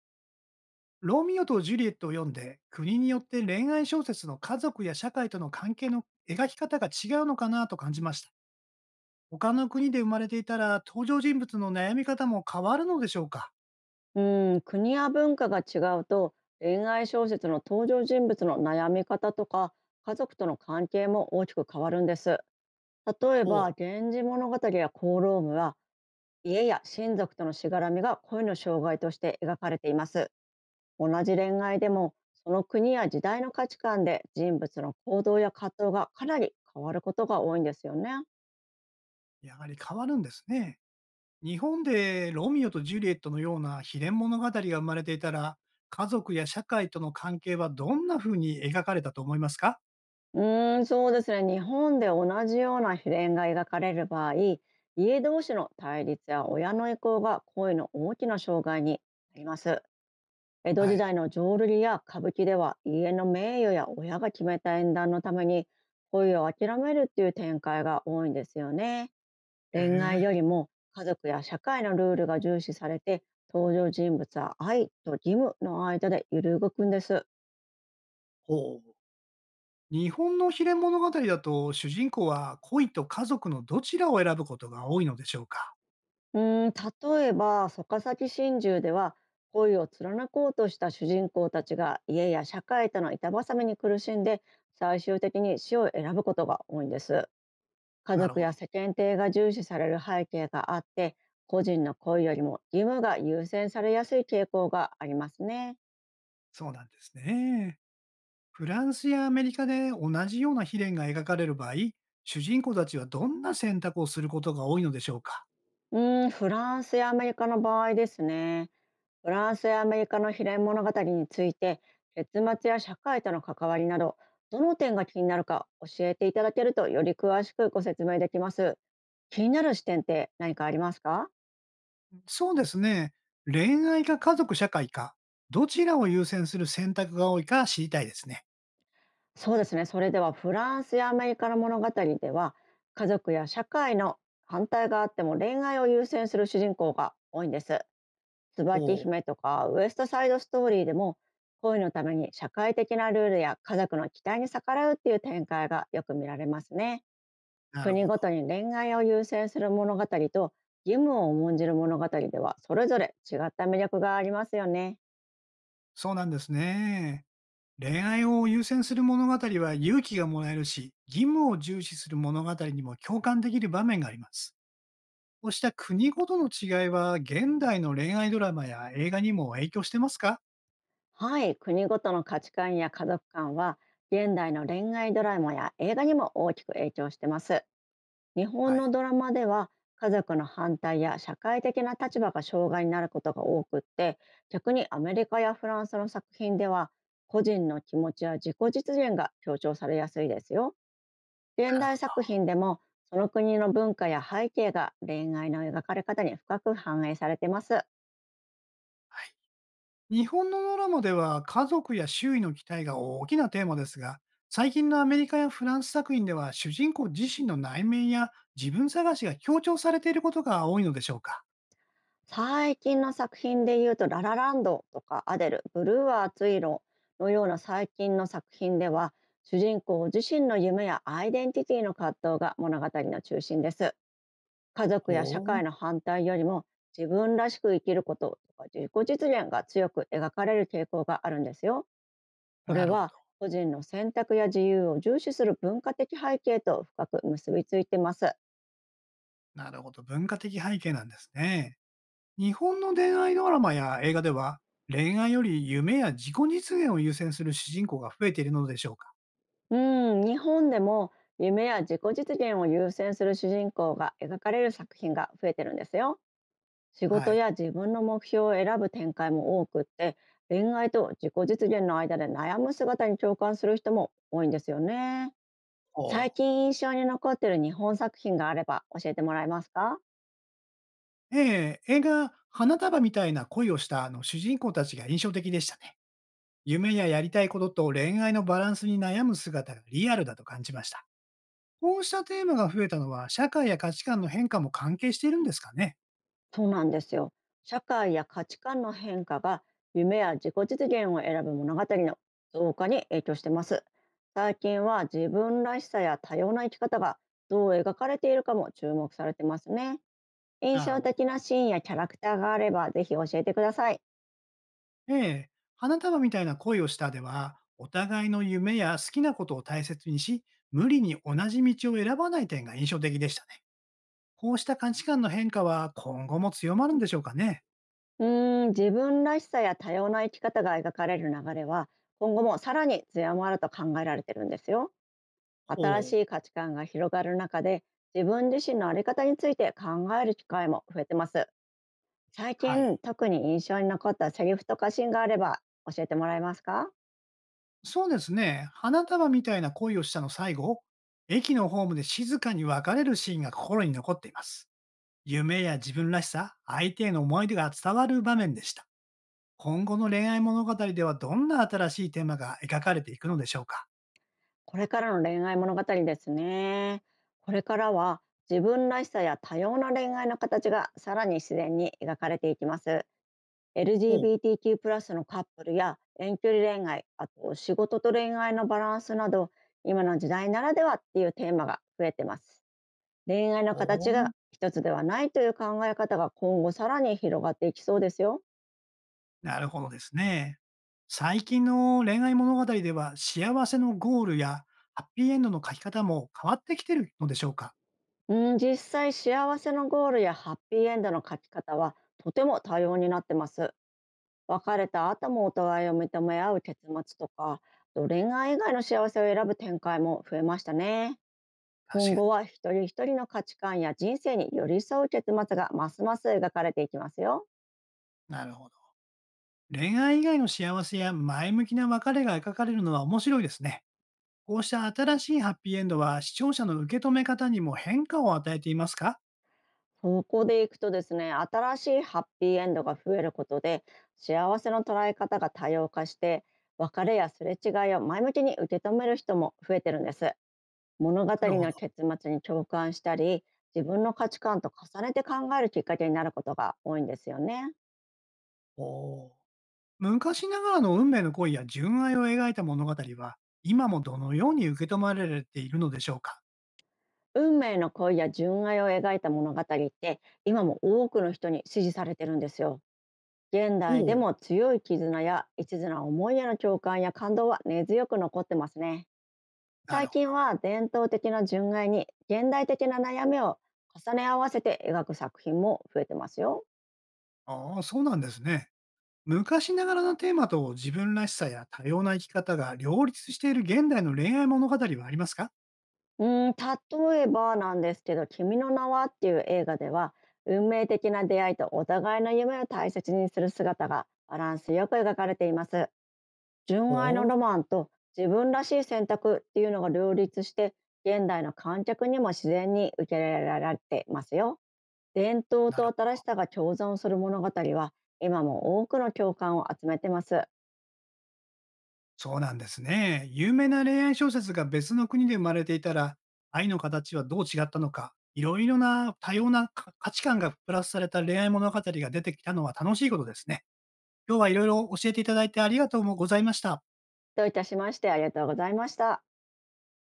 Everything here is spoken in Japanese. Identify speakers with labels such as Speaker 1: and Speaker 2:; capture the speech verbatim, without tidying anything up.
Speaker 1: ロミオとジュリエットを読んで、国によって恋愛小説の家族や社会との関係の描き方が違うのかなと感じました。他の国で生まれていたら、登場人物の悩み方も変わるのでしょうか。
Speaker 2: うん、国や文化が違うと恋愛小説の登場人物の悩み方とか家族との関係も大きく変わるんです。例え
Speaker 1: ほ
Speaker 2: ば
Speaker 1: う。
Speaker 2: 「源氏物語」や「功労務」は家や親族とのしがらみが恋の障害として描かれています。同じ恋愛でもその国や時代の価値観で人物の行動や葛藤がかなり変わることが多いんですよね。
Speaker 1: やはり変わるんですね。日本でロミオとジュリエットのような秘伝物語が生まれていたら、家族や社会との関係はどんな風に描かれたと思いますか。
Speaker 2: うーん、そうですね。日本で同じような悲恋が描かれる場合、家同士の対立や親の意向が恋の大きな障害になります。江戸
Speaker 1: は
Speaker 2: 時
Speaker 1: い。
Speaker 2: 代の浄瑠璃や歌舞伎では家の名誉や親が決めた縁談のために恋を諦めるっていう展開が多いんですよね。
Speaker 1: え
Speaker 2: 恋愛
Speaker 1: え。
Speaker 2: よりも家族や社会のルールが重視されて、登場人物は愛と義務の間で揺るぐくんです。
Speaker 1: ほう。日本の秘伝物語だと、主人公は恋と家族のどちらを選ぶことが多いのでしょうか？
Speaker 2: うーん、例えば、逆さき心中では、恋を貫こうとした主人公たちが家や社会との板挟みに苦しんで、最終的に死を選ぶことが多いんです。家
Speaker 1: なる
Speaker 2: 族
Speaker 1: ほど。
Speaker 2: や世間体が重視される背景があって、個人の恋よりも義務が優先されやすい傾向がありますね。
Speaker 1: そうなんですね。フランスやアメリカで同じような秘伝が描かれる場合、主人公たちはどんな選択をすることが多いのでしょうか？
Speaker 2: うーん、フランスやアメリカの場合ですね。フランスやアメリカの悲恋物語について、結末や社会との関わりなど、どの点が気になるか教えていただけると、より詳しくご説明できます。気になる視点って何かありますか？
Speaker 1: そうですね。恋愛か家族社会か、どちらを優先する選択が多いか知りたいですね。
Speaker 2: そうですね。それでは、フランスやアメリカの物語では、家族や社会の反対があっても恋愛を優先する主人公が多いんです。
Speaker 1: お
Speaker 2: 椿
Speaker 1: お、
Speaker 2: 姫とかウエストサイドストーリーでも、恋のために社会的なルールや家族の期待に逆らうっていう展開がよく見られますね。
Speaker 1: なる
Speaker 2: 国
Speaker 1: ほど。
Speaker 2: ごとに恋愛を優先する物語と義務を重んじる物語では、それぞれ違った魅力がありますよね。
Speaker 1: そうなんですね。恋愛を優先する物語は勇気がもらえるし、義務を重視する物語にも共感できる場面があります。こうした国ごとの違いは、現代の恋愛ドラマや映画にも影響してますか。
Speaker 2: はい、国ごとの価値観や家族観は現代の恋愛ドラマや映画にも大きく影響してます。日
Speaker 1: は
Speaker 2: 本の
Speaker 1: い。
Speaker 2: ドラマでは、家族の反対や社会的な立場が障害になることが多くって、逆にアメリカやフランスの作品では個人の気持ちや自己実現が強調されやすいですよ。現
Speaker 1: なる
Speaker 2: 代
Speaker 1: ほど。
Speaker 2: 作品でも、その国の文化や背景が恋愛の描かれ方に深く反映されてます。
Speaker 1: はい。日本のドラマでは家族や周囲の期待が大きなテーマですが、最近のアメリカやフランス作品では主人公自身の内面や自分探しが強調されていることが多いのでしょうか。
Speaker 2: 最近の作品で言うと「ララランド」とか「アデル」「ブルーは熱い色」のような最近の作品では、主人公自身の夢やアイデンティティの葛藤が物語の中心です。家族や社
Speaker 1: ほう。
Speaker 2: 会の反対よりも、自分らしく生きることとか自己実現が強く描かれる傾向があるんですよ。こ
Speaker 1: な
Speaker 2: れ
Speaker 1: るほ
Speaker 2: は
Speaker 1: ど。
Speaker 2: 個人の選択や自由を重視する文化的背景と深く結びついてます。
Speaker 1: なるほど。文化的背景なんですね。日本の恋愛ドラマや映画では、恋愛より夢や自己実現を優先する主人公が増えているのでしょうか。
Speaker 2: うん、日本でも夢や自己実現を優先する主人公が描かれる作品が増えてるんですよ。仕
Speaker 1: は
Speaker 2: 事
Speaker 1: い。
Speaker 2: や自分の目標を選ぶ展開も多くって、恋愛と自己実現の間で悩む姿に共感する人も多いんですよね。
Speaker 1: お。
Speaker 2: 最近印象に残ってる日本作品があれば教えてもらえますか？
Speaker 1: ええ、映画、花束みたいな恋をしたあの主人公たちが印象的でしたね。夢ややりたいことと恋愛のバランスに悩む姿がリアルだと感じました。こうしたテーマが増えたのは、社会や価値観の変化も関係しているんですかね。
Speaker 2: そうなんですよ。社会や価値観の変化が夢や自己実現を選ぶ物語の増加に影響してます。最近は自分らしさや多様な生き方がどう描かれているかも注目されてますね。印
Speaker 1: なる
Speaker 2: 象
Speaker 1: ほど。
Speaker 2: 的なシーンやキャラクターがあればぜひ教えてください。
Speaker 1: ええ、花束みたいな恋をしたでは、お互いの夢や好きなことを大切にし、無理に同じ道を選ばない点が印象的でしたね。こうした価値観の変化は今後も強まるんでしょうかね。
Speaker 2: うーん、自分らしさや多様な生き方が描かれる流れは、今後もさらに強まると考えられてるんですよ。新
Speaker 1: ほ
Speaker 2: し
Speaker 1: う。
Speaker 2: い価値観が広がる中で、自分自身の在り方について考える機会も増えてます。最
Speaker 1: はい。
Speaker 2: 近特に印象に残ったセリフとかシーンがあれば教えてもらえますか？
Speaker 1: そうですね。花束みたいな恋をしたの最後、駅のホームで静かに別れるシーンが心に残っています。夢や自分らしさ、相手への思い出が伝わる場面でした。今後の恋愛物語ではどんな新しいテーマが描かれていくのでしょうか。
Speaker 2: これからの恋愛物語ですね。これからは、自分らしさや多様な恋愛の形がさらに自然に描かれていきます。
Speaker 1: ほう。
Speaker 2: エルジービーティーキュープラス, のカップルや遠距離恋愛、あと仕事と恋愛のバランスなど、今の時代ならではっていうテーマが増えてます。恋愛の
Speaker 1: お
Speaker 2: 形
Speaker 1: お、
Speaker 2: が一つではないという考え方が、今後さらに広がっていきそうですよ。
Speaker 1: なるほどですね。最近の恋愛物語では、幸せのゴールやハッピーエンドの書き方も変わってきてるのでしょうか？
Speaker 2: うん、実際幸せのゴールやハッピーエンドの書き方はとても多様になってます。別れた後もお互いを認め合う結末とか、あと恋愛以外の幸せを選ぶ展開も増えましたね。
Speaker 1: 確
Speaker 2: 今
Speaker 1: か
Speaker 2: 後
Speaker 1: に。
Speaker 2: は一人一人の価値観や人生に寄り添う結末がますます描かれていきますよ。
Speaker 1: なるほど。恋愛以外の幸せや前向きな別れが描かれるのは面白いですね。こうした新しいハッピーエンドは、視聴者の受け止め方にも変化を与えていますか？
Speaker 2: そこでいくとですね、新しいハッピーエンドが増えることで、幸せの捉え方が多様化して、別れやすれ違いを前向きに受け止める人も増えてるんです。物語
Speaker 1: なるほ
Speaker 2: の
Speaker 1: ど。
Speaker 2: 結末に共感したり、自分の価値観と重ねて考えるきっかけになることが多いんですよね。
Speaker 1: おお。昔ながらの運命の恋や純愛を描いた物語は、今もどのように受け止まられているのでしょうか？
Speaker 2: 運命の恋や純愛を描いた物語って、今も多くの人に支持されてるんですよ。現
Speaker 1: お
Speaker 2: 代で
Speaker 1: お、
Speaker 2: も強い絆や一途な思いへの共感や感動は根強く残ってますね。
Speaker 1: なる
Speaker 2: 最
Speaker 1: ほど。
Speaker 2: 近は伝統的な純愛に現代的な悩みを重ね合わせて描く作品も増えてますよ。
Speaker 1: ああ、そうなんですね。昔ながらのテーマと自分らしさや多様な生き方が両立している現代の恋愛物語はありますか。
Speaker 2: うーん、例えばなんですけど「君の名は」っていう映画では、運命的な出会いとお互いの夢を大切にする姿がバランスよく描かれています。純愛の
Speaker 1: ほう。
Speaker 2: ロマンと自分らしい選択っていうのが両立して、現代の観客にも自然に受け入れられてますよ。伝統
Speaker 1: なる
Speaker 2: と
Speaker 1: ほど。
Speaker 2: 新しさが共存する物語は今も多くの共感を集めてます。
Speaker 1: そうなんですね。有名な恋愛小説が別の国で生まれていたら、愛の形はどう違ったのか、いろいろな多様なか価値観がプラスされた恋愛物語が出てきたのは楽しいことですね。今日はいろいろ教えていただいてありがとうもございました。
Speaker 2: どういたしまして。ありがとうございました。